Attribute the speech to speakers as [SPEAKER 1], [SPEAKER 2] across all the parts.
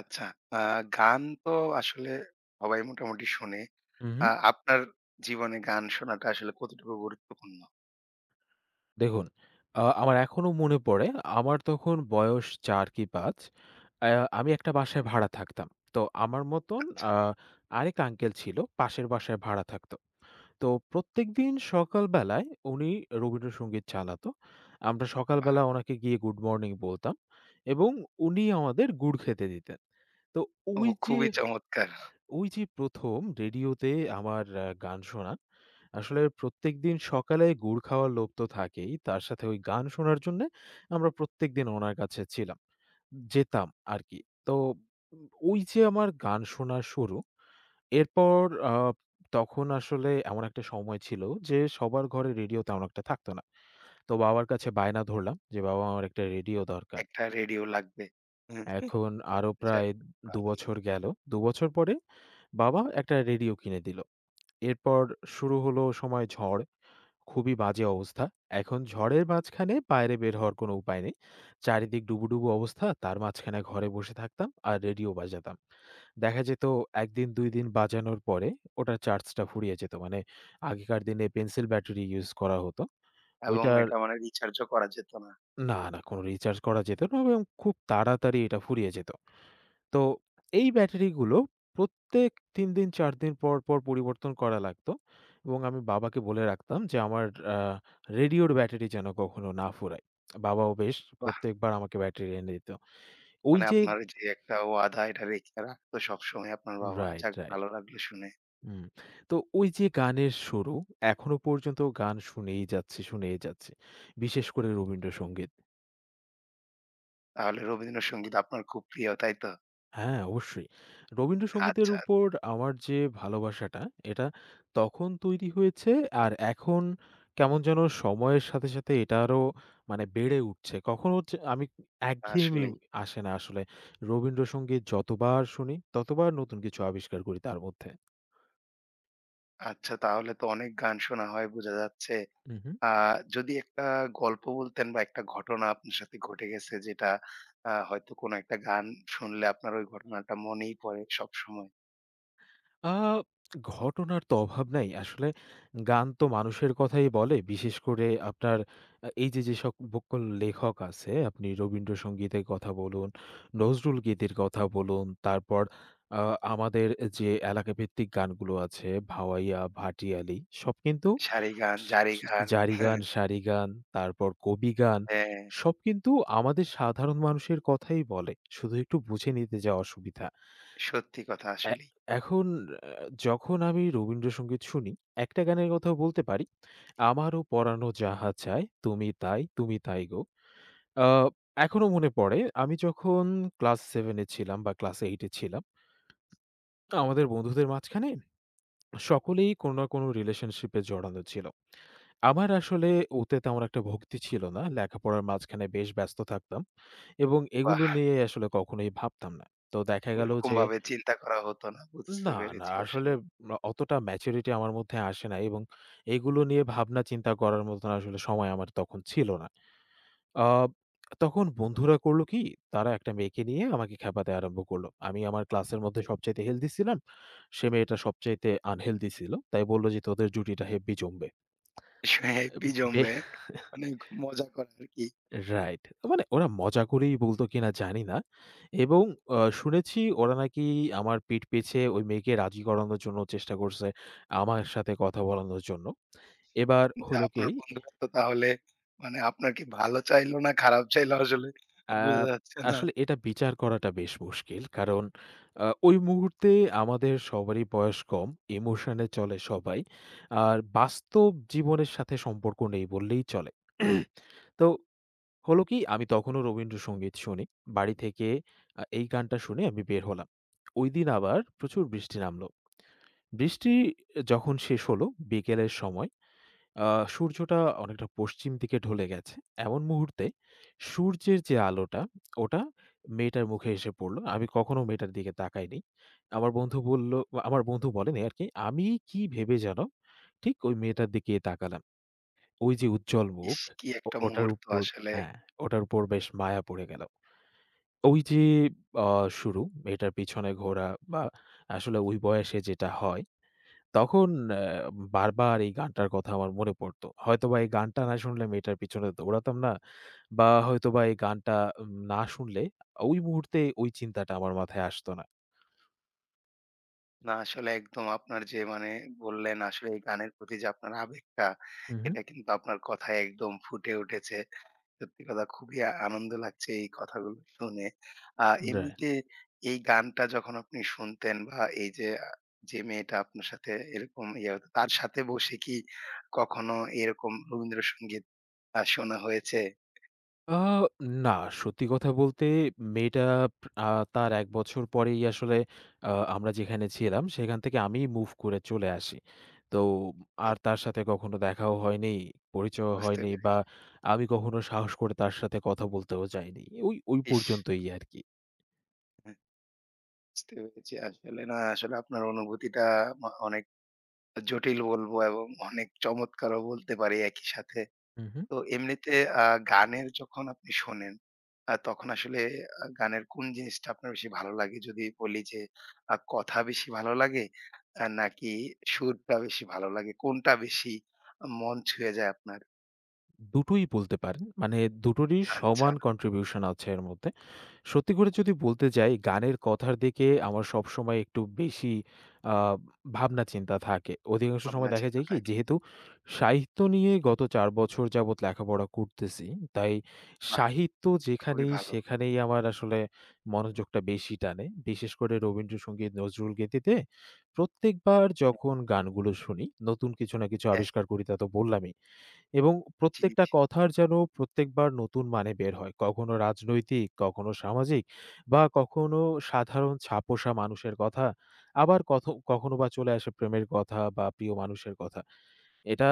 [SPEAKER 1] আচ্ছা। আ গান তো আসলে সবাই মোটামুটি শোনে।
[SPEAKER 2] হুম, হুম।
[SPEAKER 1] আপনার জীবনে গান শোনাটা আসলে কতটুকু গুরুত্বপূর্ণ?
[SPEAKER 2] দেখুন, আমার এখনো মনে পড়ে আমার তখন বয়স ৪ কি ৫। আ আমি একটা বাসায়
[SPEAKER 1] হুম।
[SPEAKER 2] ভাড়া থাকতাম। তো আমার মতন
[SPEAKER 1] আচ্ছা।
[SPEAKER 2] আ আরেক আঙ্কেল ছিল, পাশের বাসায় ভাড়া থাকতো। তো প্রত্যেকদিন সকালবেলায় উনি রবীন্দ্রসঙ্গীত চালাতো। আমরা সকালবেলা ওনাকে গিয়ে গুড মর্নিং বলতাম এবং উনি আমাদের গুড় খেতে দিতেন। তো
[SPEAKER 1] ও
[SPEAKER 2] ওই যে
[SPEAKER 1] খুবই চমৎকার।
[SPEAKER 2] ওই যে ১ম রেডিওতে আমার গান শোনা। আসলে প্রত্যেকদিন সকালে গুড় খাওয়ার লোভ তো থাকেই। তার সাথে ওই গান শোনার জন্যে আমরা প্রত্যেকদিন ওনার কাছে ছিলাম। যেতাম আরকি। তো ওই যে আমার গান শোনা শুরু। এরপর আ তখন আসলে এমন একটা সময় ছিল যে সবার ঘরে রেডিও তেমন একটা থাকতো না। তো বাবার কাছে বায়না ধরলাম যে, "বাবা আমার একটা রেডিও দরকার।"
[SPEAKER 1] একটা রেডিও লাগবে। হ্যাঁ।
[SPEAKER 2] এখন আরো
[SPEAKER 1] যাক
[SPEAKER 2] প্রায় ২
[SPEAKER 1] ভালোই।
[SPEAKER 2] বছর গেল। ২ বছর পরে বাবা একটা রেডিও কিনে দিল। এরপর শুরু হলো সময় ঝড়। খুবই বাজে অবস্থা। এখন ঝড়ের মাঝখানে বাইরে বের হওয়ার কোনো উপায় নেই। চারিদিক ডুবুডুবু অবস্থা। তার মাঝখানে ঘরে বসে থাকতাম আর রেডিও বাজাতাম। দেখা যেত ১ দিন ২ দিন বাজানোর পরে ওটার চার্জটা ফুরিয়ে যেত। মানে আগেকার দিনে পেন্সিল ব্যাটারি ইউজ করা হতো।
[SPEAKER 1] এবং
[SPEAKER 2] ওইটার
[SPEAKER 1] এটা মানে রিচার্জও করা যেত না।
[SPEAKER 2] না, না, কোনো রিচার্জ করা যেত না এবং খুব তাড়াতাড়ি এটা ফুরিয়ে যেত। তো এই ব্যাটারিগুলো প্রত্যেক ৩ দিন ৪ দিন পর পরিবর্তন করা লাগতো এবং আমি বাবাকে বলে রাখতাম যে আমার আ রেডিওর ব্যাটারি যেন কখনো না ফুরায়। বাবাও বেশ
[SPEAKER 1] বাহ!
[SPEAKER 2] প্রত্যেকবার আমাকে ব্যাটারি এনে দিত। ওই
[SPEAKER 1] মানে
[SPEAKER 2] যে
[SPEAKER 1] আপনার যে একটা ওয়াদা এটা রেখে রাখতো সবসময় আপনার বাবা।
[SPEAKER 2] রাইট,
[SPEAKER 1] যাক
[SPEAKER 2] রাইট।
[SPEAKER 1] ভালো লাগলো শুনে।
[SPEAKER 2] হুম। তো ওই যে গানের শুরু, এখনো পর্যন্ত গান শুনেই যাচ্ছি, শুনেই যাচ্ছি। বিশেষ করে রবীন্দ্রসঙ্গীত।
[SPEAKER 1] তাহলে রবীন্দ্রসঙ্গীত আপনার খুব প্রিয়, তাই তো?
[SPEAKER 2] হ্যাঁ, অবশ্যই। রবীন্দ্রসঙ্গীতের
[SPEAKER 1] আচ্ছা,
[SPEAKER 2] উপর আমার যে ভালোবাসাটা, এটা তখন তৈরি হয়েছে আর এখন কেমন যেন সময়ের সাথে, সাথে এটা আরো মানে বেড়ে উঠছে। কখনো হচ্ছে আমি একঘেয়েমি
[SPEAKER 1] আসলেই।
[SPEAKER 2] আসে না আসলে। রবীন্দ্রসঙ্গীত যতবার শুনি, ততবার নতুন কিছু আবিষ্কার করি তার মধ্যে।
[SPEAKER 1] আচ্ছা তাহলে তো অনেক গান শোনা হয় বোঝা যাচ্ছে।
[SPEAKER 2] উহু।
[SPEAKER 1] যদি একটা গল্প বলতেন বা একটা ঘটনা আপনার সাথে ঘটে গেছে যেটা হয়তো কোনো একটা গান শুনলে আপনার ওই ঘটনাটা মনেই পড়ে সব সময়।
[SPEAKER 2] আ ঘটনার তো অভাব নাই। আসলে গান তো মানুষের কথাই বলে। বিশেষ করে আপনার এই যে, সকল লেখক আছে, আপনি রবীন্দ্রসঙ্গীতের কথা বলুন, নজরুল গীতির কথা বলুন, তারপর আ আমাদের যে এলাকাভিত্তিক গানগুলো আছে, ভাওয়াইয়া, ভাটিয়ালি সব কিন্তু
[SPEAKER 1] সারি গান জারি
[SPEAKER 2] স
[SPEAKER 1] গান।
[SPEAKER 2] জারি গান, সারি গান, তারপর কবি গান
[SPEAKER 1] হ্যাঁ।
[SPEAKER 2] সব কিন্তু আমাদের সাধারণ মানুষের কথাই বলে। শুধু একটু বুঝে নিতে যা অসুবিধা।
[SPEAKER 1] সত্যি কথা
[SPEAKER 2] এ
[SPEAKER 1] আসলেই।
[SPEAKER 2] এখন আ যখন আমি রবীন্দ্রসঙ্গীত শুনি, একটা গানের কথা বলতে পারি। আমারও পরানো যাহা চায়, তুমি তাই, তুমি তাই গো। আ এখনো মনে পড়ে আমি যখন ক্লাস 7 এ ছিলাম বা ক্লাস 8 এ ছিলাম, আমাদের বন্ধুদের মাঝখানে সকলেই কোনো না কোনো রিলেশনশিপ এ জড়ানো ছিল। আমার আসলে ওতে তেমন একটা ভক্তি ছিল না। লেখাপড়ার মাঝখানে বেশ ব্যস্ত থাকতাম এবং
[SPEAKER 1] বা
[SPEAKER 2] এগুলো নিয়ে আসলে কখনোই ভাবতাম না। তো দেখা গেল
[SPEAKER 1] ওইরকম
[SPEAKER 2] যে
[SPEAKER 1] ভাবে চিন্তা করা হতো না,
[SPEAKER 2] না,
[SPEAKER 1] বুঝতে
[SPEAKER 2] না
[SPEAKER 1] পেরেছি
[SPEAKER 2] আসলে
[SPEAKER 1] আসলে।
[SPEAKER 2] অতটা ম্যাচুরিটি আমার মধ্যে আসে নাই এবং এগুলো নিয়ে ভাবনা চিন্তা করার মতন আসলে সময় আমার তখন ছিল না। আ তখন বন্ধুরা করলো কি? তারা একটা মেয়েকে নিয়ে আমাকে খেপাতে আরম্ভ করলো। আমি আমার ক্লাসের মধ্যে সবচাইতে হেলথি ছিলাম। সে মেয়েটা সবচাইতে আনহেলথি ছিল। তাই বলল যে, "তোদের জুটিটা হেব্বি জমবে।"
[SPEAKER 1] হ্যাপি
[SPEAKER 2] বে
[SPEAKER 1] জমবে হ্যাঁ? মানে, মজা করা আর কি।
[SPEAKER 2] রাইট। মানে ওরা মজা করেই বলতো কিনা জানি না। এবং শুনেছি ওরা নাকি আমার পিঠ পিছে ওই মেয়েকে রাজি করানোর জন্য চেষ্টা করছে, আমার সাথে কথা বলানোর জন্য। এবার
[SPEAKER 1] যে
[SPEAKER 2] হলো কি,
[SPEAKER 1] আপনার বন্ধুরা তো তাহলে মানে আপনার কি ভালো চাইলো না খারাপ চাইলো আসলে
[SPEAKER 2] আ
[SPEAKER 1] বোঝা যাচ্ছে না।
[SPEAKER 2] আসলে এটা বিচার করাটা বেশ মুশকিল। কারণ ওই মুহূর্তে আমাদের সবারই বয়স কম, ইমোশনে চলে সবাই। আর বাস্তব জীবনের সাথে সম্পর্ক নেই বললেই চলে। তো হলো কি আমি তখনও রবীন্দ্রসঙ্গীত শুনি। বাড়ি থেকে এই গানটা শুনে আমি বের হলাম। ঐদিন আবার প্রচুর বৃষ্টি নামলো। বৃষ্টি যখন শেষ হলো বিকেলের সময় আ সূর্যটা অনেকটা পশ্চিম দিকে ঢলে গেছে। এমন মুহূর্তে সূর্যের যে আলোটা ওটা মেয়েটার মুখে এসে পড়ল। আমি কখনো মেয়েটার দিকে তাকাইনি। আমার বন্ধু বলল আমার বন্ধু বলেনি আরকি। আমি কি ভেবে যেন ঠিক ওই মেয়েটার দিকে তাকালাম। ওই যে উজ্জ্বল মুখ,
[SPEAKER 1] ইস! কি
[SPEAKER 2] ও
[SPEAKER 1] একটা
[SPEAKER 2] ওটার
[SPEAKER 1] মুহূর্ত
[SPEAKER 2] উপর
[SPEAKER 1] আসলে।
[SPEAKER 2] হ্যাঁ, ওটার উপর বেশ মায়া পড়ে গেল। ওই যে আ শুরু, মেয়েটার পিছনে ঘোরা বা আসলে ওই বয়সে যেটা হয়, তখন বারবার এই গানটার কথা আমার মনে পড়ত। হয়তোবা এই গানটা না শুনলে মেয়েটার পিছনে দৌড়াতাম না বা হয়তোবা এই গানটা না শুনলে ওই মুহূর্তে ওই চিন্তাটা আমার মাথায় আসতো না।
[SPEAKER 1] না আসলে একদম আপনার যে মানে বললেন আসলে এই গানের প্রতি যে আপনার আবেগটা
[SPEAKER 2] উহু,
[SPEAKER 1] এটা কিন্তু আপনার কথায় একদম ফুটে উঠেছে। সত্যি কথা খুবই আনন্দ লাগছে এই কথাগুলো শুনে।
[SPEAKER 2] রাইট।
[SPEAKER 1] এমনিতে এই গানটা যখন আপনি শুনতেন বা এই যে যে মেয়েটা আপনার সাথে এরকম ইয়ে হতো, তার সাথে বসে কি কখনো এরকম রবীন্দ্রসঙ্গীত শোনা হয়েছে?
[SPEAKER 2] আ না, সত্যি কথা বলতে মেয়েটা আ তার ১ বছর পরেই আসলে আমরা যেখানে ছিলাম সেখান থেকে আমি মুভ করে চলে আসি। তো আর
[SPEAKER 1] এই
[SPEAKER 2] তার সাথে কখনো দেখাও হয়নি, পরিচয়ও
[SPEAKER 1] বুঝতে
[SPEAKER 2] হয়নি বা
[SPEAKER 1] পেরেছি।
[SPEAKER 2] আমি কখনো সাহস করে তার সাথে কথা বলতেও যাইনি। ওই ওই
[SPEAKER 1] ইস!
[SPEAKER 2] পর্যন্তই আরকি।
[SPEAKER 1] হ্যাঁ, বুঝতে পেরেছি আসলে, না আসলে আপনার অনুভূতিটা অনেক জটিল বলবো এবং অনেক চমৎকারও বলতে পারি একই সাথে।
[SPEAKER 2] হু, হু।
[SPEAKER 1] তো এমনিতে আ গানের যখন আপনি শোনেন, তখন আসলে গানের কোন জিনিসটা আপনার বেশি ভালো লাগে? যদি বলি যে কথা বেশি ভালো লাগে নাকি সুরটা বেশি ভালো লাগে? কোনটা বেশি মন ছুঁয়ে যায় আপনার?
[SPEAKER 2] দুটোই বলতে পারেন। মানে দুটোরই
[SPEAKER 1] আচ্ছা,
[SPEAKER 2] সমান কন্ট্রিবিউশন আছে এর মধ্যে। সত্যি করে যদি বলতে যাই, গানের কথার দিকে আমার সবসময় একটু বেশি আ ভাবনা চিন্তা থাকে। অধিকাংশ
[SPEAKER 1] ভাবনা
[SPEAKER 2] সময় দেখা
[SPEAKER 1] চিন্তা
[SPEAKER 2] যায় কি?
[SPEAKER 1] থাকে।
[SPEAKER 2] যেহেতু সাহিত্য নিয়ে গত ৪ বছর যাবৎ লেখাপড়া করতেছি, তাই
[SPEAKER 1] বাহ!
[SPEAKER 2] সাহিত্য
[SPEAKER 1] খুবই
[SPEAKER 2] যেখানেই
[SPEAKER 1] ভালো।
[SPEAKER 2] সেখানেই আমার আসলে মনোযোগটা বেশি টানে। বিশেষ করে রবীন্দ্রসঙ্গীত, নজরুল গীতিতে প্রত্যেকবার
[SPEAKER 1] হ্যাঁ।
[SPEAKER 2] যখন গানগুলো শুনি, নতুন কিছু না কিছু
[SPEAKER 1] হ্যাঁ,
[SPEAKER 2] আবিষ্কার করি তা তো বললামই। এবং
[SPEAKER 1] জি,
[SPEAKER 2] প্রত্যেকটা
[SPEAKER 1] জি।
[SPEAKER 2] কথার যেন প্রত্যেকবার নতুন মানে বের হয়। কখনো রাজনৈতিক, কখনো সামাজিক বা কখনো সাধারণ ছাপোষা মানুষের কথা। আবার কখনো বা চলে আসে প্রেমের কথা বা প্রিয় মানুষের কথা। এটা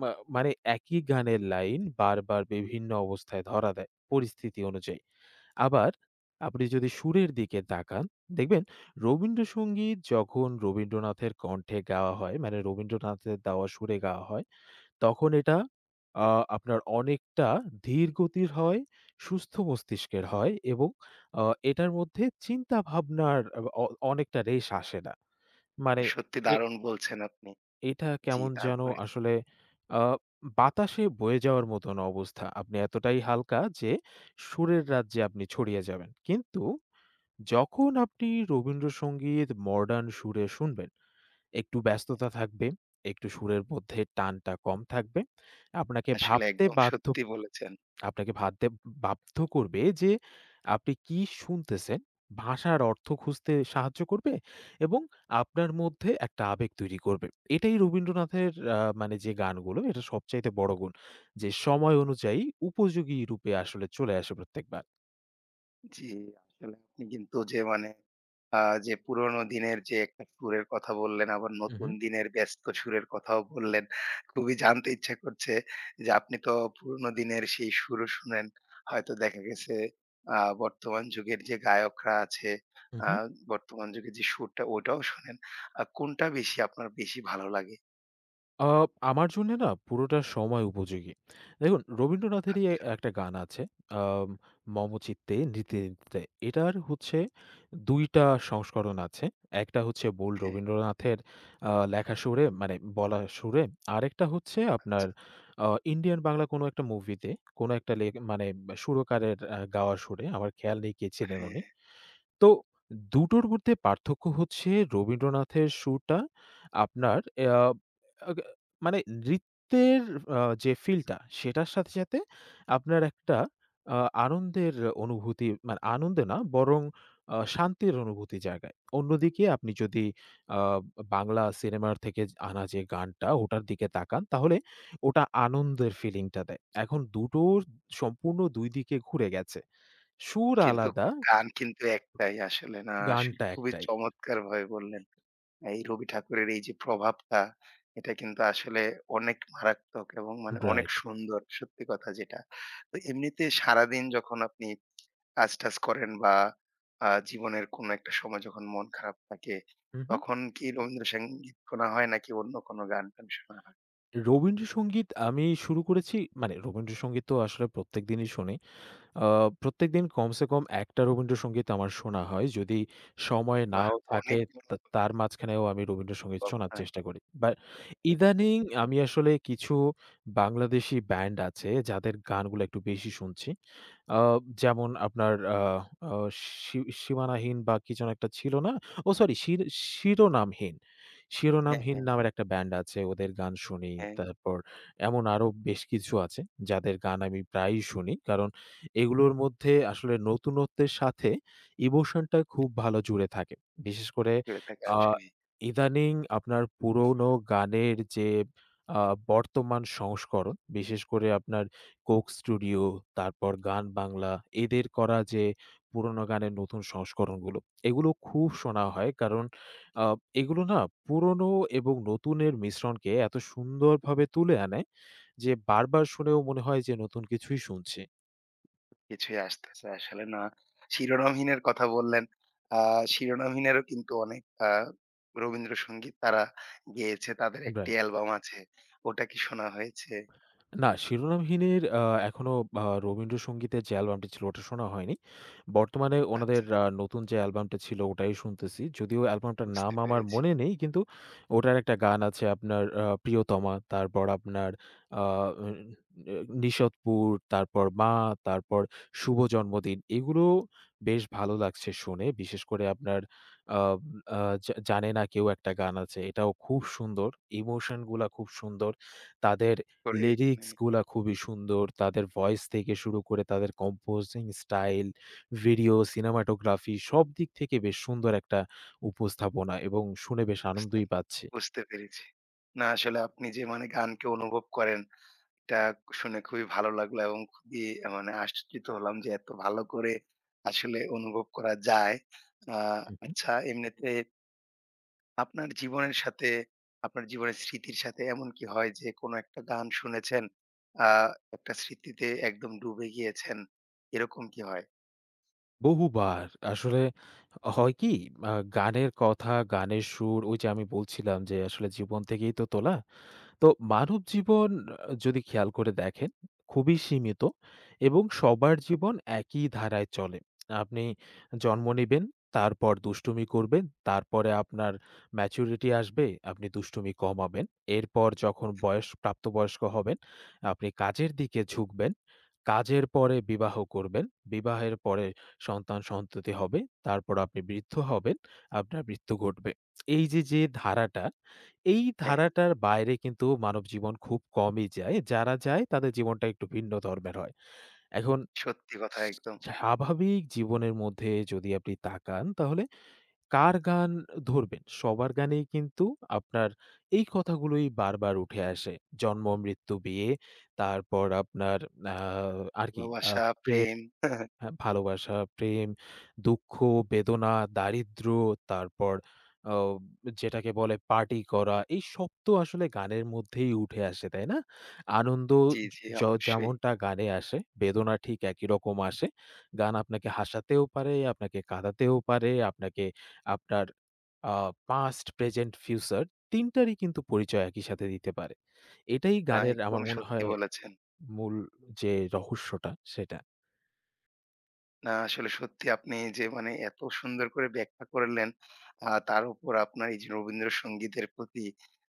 [SPEAKER 2] মা মানে একই গানের লাইন বারবার বিভিন্ন অবস্থায় ধরা দেয়, পরিস্থিতি অনুযায়ী। আবার আপনি যদি সুরের দিকে তাকান, দেখবেন রবীন্দ্রসঙ্গীত যখন রবীন্দ্রনাথের কণ্ঠে গাওয়া হয়, মানে রবীন্দ্রনাথের দেওয়া সুরে গাওয়া হয় তখন এটা আ আপনার অনেকটা ধীর গতির হয়, সুস্থ মস্তিষ্কের হয় এবং আ এটার মধ্যে চিন্তা ভাবনার আব অ অনেকটা রেশ আসে না। মানে
[SPEAKER 1] সত্যি
[SPEAKER 2] এ
[SPEAKER 1] দারুণ বলছেন আপনি।
[SPEAKER 2] এটা
[SPEAKER 1] জি,
[SPEAKER 2] কেমন যেন
[SPEAKER 1] তারপরে?
[SPEAKER 2] আসলে আ বাতাসে বয়ে যাওয়ার মতন অবস্থা। আপনি এতটাই হালকা যে সুরের রাজ্যে আপনি ছড়িয়ে যাবেন। কিন্তু যখন আপনি রবীন্দ্রসঙ্গীত মডার্ন সুরে শুনবেন একটু
[SPEAKER 1] হ্যাঁ।
[SPEAKER 2] ব্যস্ততা থাকবে, একটু সুরের মধ্যে টানটা কম থাকবে। আপনাকে
[SPEAKER 1] আসলে
[SPEAKER 2] ভাবতে
[SPEAKER 1] একদম
[SPEAKER 2] বাধ্য
[SPEAKER 1] সত্যি বলেছেন।
[SPEAKER 2] আপনাকে ভাবতে বাধ্য করবে যে আপনি কি শুনতেছেন, ভাষার অর্থ খুঁজতে সাহায্য করবে এবং আপনার মধ্যে একটা আবেগ তৈরি করবে। এটাই রবীন্দ্রনাথের মানে যে গানগুলো এটা সবচাইতে বড় গুণ। যে সময় অনুযায়ী উপযোগী রূপে আসলে চলে আসে প্রত্যেকবার।
[SPEAKER 1] জি, আসলে আপনি কিন্তু যে মানে আ যে পুরোনো দিনের যে একটা সুরের কথা বললেন, আবার নতুন
[SPEAKER 2] উহু,
[SPEAKER 1] দিনের ব্যস্ত সুরের কথাও বললেন। খুবই জানতে ইচ্ছা করছে যে আপনি তো পুরোনো দিনের সেই সুরও শুনেন। হয়তো দেখা গেছে আ বর্তমান যুগের যে গায়করা আছে, আ
[SPEAKER 2] উহু।
[SPEAKER 1] বর্তমান যুগে যে সুরটা ওটাও শোনেন। কোনটা বেশি আপনার বেশি ভালো লাগে?
[SPEAKER 2] আ আমার জন্যে না পুরোটা সময় উপযোগী। দেখুন রবীন্দ্রনাথেরই এ একটা গান আছে আম 'মম চিত্তে নৃত্যে নৃত্যে।' এটার হচ্ছে ২ টা সংস্করণ আছে। একটা হচ্ছে বোল
[SPEAKER 1] হ্যাঁ,
[SPEAKER 2] রবীন্দ্রনাথের লেখা সুরে মানে বলা সুরে। আরেকটা হচ্ছে আপনার আ ইন্ডিয়ান বাংলা কোনো একটা মুভিতে কোনো একটা মানে সুরকারের গাওয়া সুরে। আমার খেয়াল নেই কে ছিলেন
[SPEAKER 1] হ্যাঁ,
[SPEAKER 2] উনি। তো দুটোর মধ্যে পার্থক্য হচ্ছে রবীন্দ্রনাথের সুরটা আপনার আ আগ মানে নৃত্যের আ যে ফিলটা সেটার সাথে, সাথে আপনার একটা আ আনন্দের অনুভূতি মানে আনন্দে না বরং শান্তির অনুভূতি জাগায়। অন্যদিকে আপনি যদি আ বাংলা সিনেমার থেকে আনা যে গানটা ওটার দিকে তাকান তাহলে ওটা আনন্দের ফিলিংটা দেয়। এখন দুটোর সম্পূর্ণ ২ দিকে ঘুরে গেছে। সুর
[SPEAKER 1] কিন্তু
[SPEAKER 2] আলাদা,
[SPEAKER 1] গান কিন্তু একটাই আসলে। না আসলে
[SPEAKER 2] গানটা
[SPEAKER 1] খুবই
[SPEAKER 2] একটাই।
[SPEAKER 1] চমৎকারভাবে বললেন। এই রবি ঠাকুরের এই যে প্রভাবটা, এটা কিন্তু আসলে অনেক মারাত্মক এবং মানে অনেক
[SPEAKER 2] রাইট।
[SPEAKER 1] সুন্দর, সত্যি কথা যেটা। তো এমনিতে সারাদিন যখন আপনি কাজ-টাজ করেন বা জীবনের কোনো একটা সময় যখন মন খারাপ থাকে,
[SPEAKER 2] হু, হু।
[SPEAKER 1] তখন কি রবীন্দ্রসঙ্গীত শোনা হয় নাকি অন্য কোনো গান-টান শোনা হয়?
[SPEAKER 2] রবীন্দ্রসঙ্গীত আমি শুরু করেছি মানে রবীন্দ্রসঙ্গীত তো আসলে প্রত্যেকদিনই শুনি। আ প্রত্যেকদিন কমসে কম একটা রবীন্দ্রসঙ্গীত আমার শোনা হয়। যদি সময়
[SPEAKER 1] বাহ!
[SPEAKER 2] নাও থাকে
[SPEAKER 1] অনেক ভালো
[SPEAKER 2] তা তার মাঝখানেও আমি রবীন্দ্রসঙ্গীত
[SPEAKER 1] তো
[SPEAKER 2] শোনার
[SPEAKER 1] আপনার।
[SPEAKER 2] চেষ্টা করি। বাট ইদানিং আমি আসলে কিছু বাংলাদেশী ব্যান্ড আছে যাদের গানগুলো একটু বেশি শুনছি। আ যেমন আপনার আ আ সী সীমানাহীন বা কি যেন একটা ছিল না? ও সরি শিরোনামহীন।
[SPEAKER 1] হ্যাঁ,
[SPEAKER 2] শিরোনামহীন
[SPEAKER 1] হ্যাঁ,
[SPEAKER 2] নামের একটা ব্যান্ড আছে। ওদের গান শুনি।
[SPEAKER 1] হ্যাঁ,
[SPEAKER 2] তারপর এমন আরো বেশ কিছু আছে যাদের গান আমি প্রায়ই শুনি। কারণ এগুলোর মধ্যে আসলে নতুনত্বের সাথে ইমোশনটা খুব ভালো জুড়ে থাকে। বিশেষ করে জি।
[SPEAKER 1] করে থাকে
[SPEAKER 2] আ
[SPEAKER 1] আসলে।
[SPEAKER 2] ইদানিং আপনার পুরোনো গানের যে আ বর্তমান সংস্করণ, বিশেষ করে আপনার কোক স্টুডিও, তারপর গান বাংলা এদের করা যে পুরোনো গানের নতুন সংস্করণগুলো, এগুলো খুব শোনা হয়। কারণ আ এগুলো না পুরোনো এবং নতুনের মিশ্রণকে এত সুন্দরভাবে তুলে আনে যে বারবার শুনেও মনে হয় যে নতুন কিছুই শুনছি।
[SPEAKER 1] কিছুই আসতেছে আসলে না। শিরোনামহীনের কথা বললেন। আ শিরোনামহীনেরও কিন্তু অনেক আ রবীন্দ্রসঙ্গীত তারা গেয়েছে। তাদের একটি
[SPEAKER 2] রাইট।
[SPEAKER 1] অ্যালবাম আছে। ওটা কি শোনা হয়েছে?
[SPEAKER 2] না, 'শিরোনামহীনের' এখনো রবীন্দ্রসঙ্গীতের যে অ্যালবামটি ছিল ওটা শোনা হয়নি। বর্তমানে ওনাদের
[SPEAKER 1] আচ্ছা,
[SPEAKER 2] নতুন যে অ্যালবামটা ছিল ওটাই শুনতেছি। যদিও অ্যালবামটার নাম
[SPEAKER 1] বুঝতে
[SPEAKER 2] আমার
[SPEAKER 1] পেরেছি।
[SPEAKER 2] মনে নেই কিন্তু ওটার একটা গান আছে আপনার 'প্রিয়তমা', তারপর আপনার আ উন এ 'নিশতপুর', তারপর 'মা', তারপর 'শুভ জন্মদিন' এগুলো বেশ ভালো লাগছে শুনে। বিশেষ করে আপনার আ আ 'জা 'জানে না কেউ' একটা গান আছে। এটাও খুব সুন্দর। ইমোশন গুলা খুব সুন্দর। তাদের
[SPEAKER 1] করে এখানে।
[SPEAKER 2] লিরিক্স গুলা খুবই সুন্দর। তাদের ভয়েস থেকে শুরু করে তাদের কম্পোজিং স্টাইল, ভিডিও, সিনেমাটোগ্রাফি সব দিক থেকে বেশ সুন্দর একটা উপস্থাপনা এবং শুনে বেশ
[SPEAKER 1] বুঝতে
[SPEAKER 2] আনন্দই পাচ্ছি।
[SPEAKER 1] বুঝতে পেরেছি। না আসলে আপনি যে মানে গানকে অনুভব করেন এটা শুনে খুবই ভালো লাগলো এবং খুবই মানে আশ্চর্যিত হলাম যে এত ভালো করে আসলে অনুভব করা যায়। আ
[SPEAKER 2] হু, হু।
[SPEAKER 1] আচ্ছা এমনিতে আপনার জীবনের সাথে, আপনার জীবনের স্মৃতির সাথে এমন কি হয় যে কোনো একটা গান শুনেছেন, আ একটা স্মৃতিতে একদম ডুবে গিয়েছেন, এরকম কি হয়?
[SPEAKER 2] বহুবার আসলে হয় কি আ গানের কথা, গানের সুর ওই যে আমি বলছিলাম যে আসলে জীবন থেকেই তো তোলা। তো মানব জীবন যদি খেয়াল করে দেখেন, খুবই সীমিত এবং সবার জীবন একই ধারায় চলে। আপনি জন্ম নিবেন, তারপর দুষ্টুমি করবেন, তারপরে আপনার ম্যাচুরিটি আসবে, আপনি দুষ্টুমি কমাবেন। এরপর যখন বয়স প্রাপ্তবয়স্ক হবেন, আপনি কাজের দিকে ঝুঁকবেন। কাজের পরে বিবাহ করবেন। বিবাহের পরে সন্তান-সন্ততি হবে। তারপর আপনি বৃদ্ধ হবেন, আপনার মৃত্যু ঘটবে। এই যে, ধারাটা এই
[SPEAKER 1] হ্যাঁ,
[SPEAKER 2] ধারাটার বাইরে কিন্তু মানব জীবন খুব কমই যায়। যারা যায় তাদের জীবনটা একটু ভিন্ন ধর্মের হয়। এখন
[SPEAKER 1] সত্যি কথা একদম।
[SPEAKER 2] স্বাভাবিক জীবনের মধ্যে যদি আপনি তাকান তাহলে কার গান ধরবেন? সবার গানেই কিন্তু আপনার এই কথাগুলোই বারবার উঠে আসে। জন্ম, মৃত্যু, বিয়ে তারপর আপনার আ আর কি
[SPEAKER 1] ভালোবাসা,
[SPEAKER 2] প্রেম
[SPEAKER 1] প্রেম।
[SPEAKER 2] হ্যাঁ, ভালোবাসা, প্রেম, দুঃখ, বেদনা, দারিদ্র্য, তারপর আ যেটাকে বলে পার্টি করা, এই সব তো আসলে গানের মধ্যেই উঠে আসে, তাই না? আনন্দ
[SPEAKER 1] জি,
[SPEAKER 2] য
[SPEAKER 1] জি,
[SPEAKER 2] য-
[SPEAKER 1] অবশ্যই।
[SPEAKER 2] যেমনটা গানে আসে, বেদনা ঠিক একই রকম আসে। গান আপনাকে হাসাতেও পারে, আপনাকে কাঁদাতেও পারে, আপনাকে আপনার আ past, present, future ৩ টারই কিন্তু পরিচয় একই সাথে দিতে পারে। এটাই
[SPEAKER 1] না,
[SPEAKER 2] গানের
[SPEAKER 1] একদম
[SPEAKER 2] আমার মনে
[SPEAKER 1] সত্যি
[SPEAKER 2] হয়
[SPEAKER 1] বলেছেন।
[SPEAKER 2] মূল যে রহস্যটা, সেটা।
[SPEAKER 1] না, আসলে সত্যি আপনি যে মানে এত সুন্দর করে ব্যাখ্যা করলেন, তার উপর আপনার এই যে রবীন্দ্রসঙ্গীতের প্রতি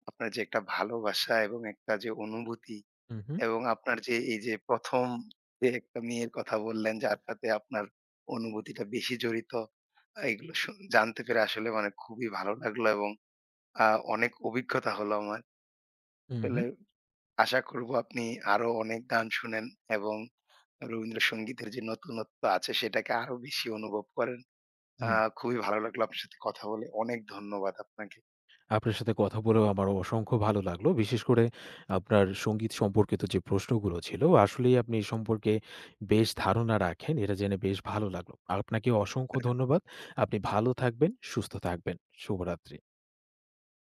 [SPEAKER 1] আপনার যে একটা ভালোবাসা এবং একটা যে অনুভূতি
[SPEAKER 2] হু, হু,
[SPEAKER 1] এবং আপনার যে এই যে ১ম যে একটা মেয়ের কথা বললেন, যার সাথে আপনার অনুভূতিটা বেশি জড়িত। এগুলো শুন জানতে পেরে আসলে মানে খুবই ভালো লাগলো এবং আ অনেক অভিজ্ঞতা হলো আমার।
[SPEAKER 2] হু, হু।
[SPEAKER 1] আসলে আশা করব আপনি আরো অনেক গান শুনেন এবং রবীন্দ্রসঙ্গীতের যে নতুনত্ব আছে সেটাকে আরো বেশি অনুভব করেন। আ
[SPEAKER 2] হুম।
[SPEAKER 1] খুবই ভালো লাগলো আপনার সাথে কথা বলে। অনেক ধন্যবাদ আপনাকে।
[SPEAKER 2] আপনার সাথে কথা বলেও আমার অসংখ্য ভালো লাগলো। বিশেষ করে আপনার সঙ্গীত সম্পর্কিত যে প্রশ্নগুলো ছিল, আসলেই আপনি এ সম্পর্কে বেশ ধারণা রাখেন। এটা জেনে বেশ ভালো লাগলো। আপনাকে অসংখ্য ধন্যবাদ। আপনি ভালো থাকবেন, সুস্থ থাকবেন। শুভরাত্রি।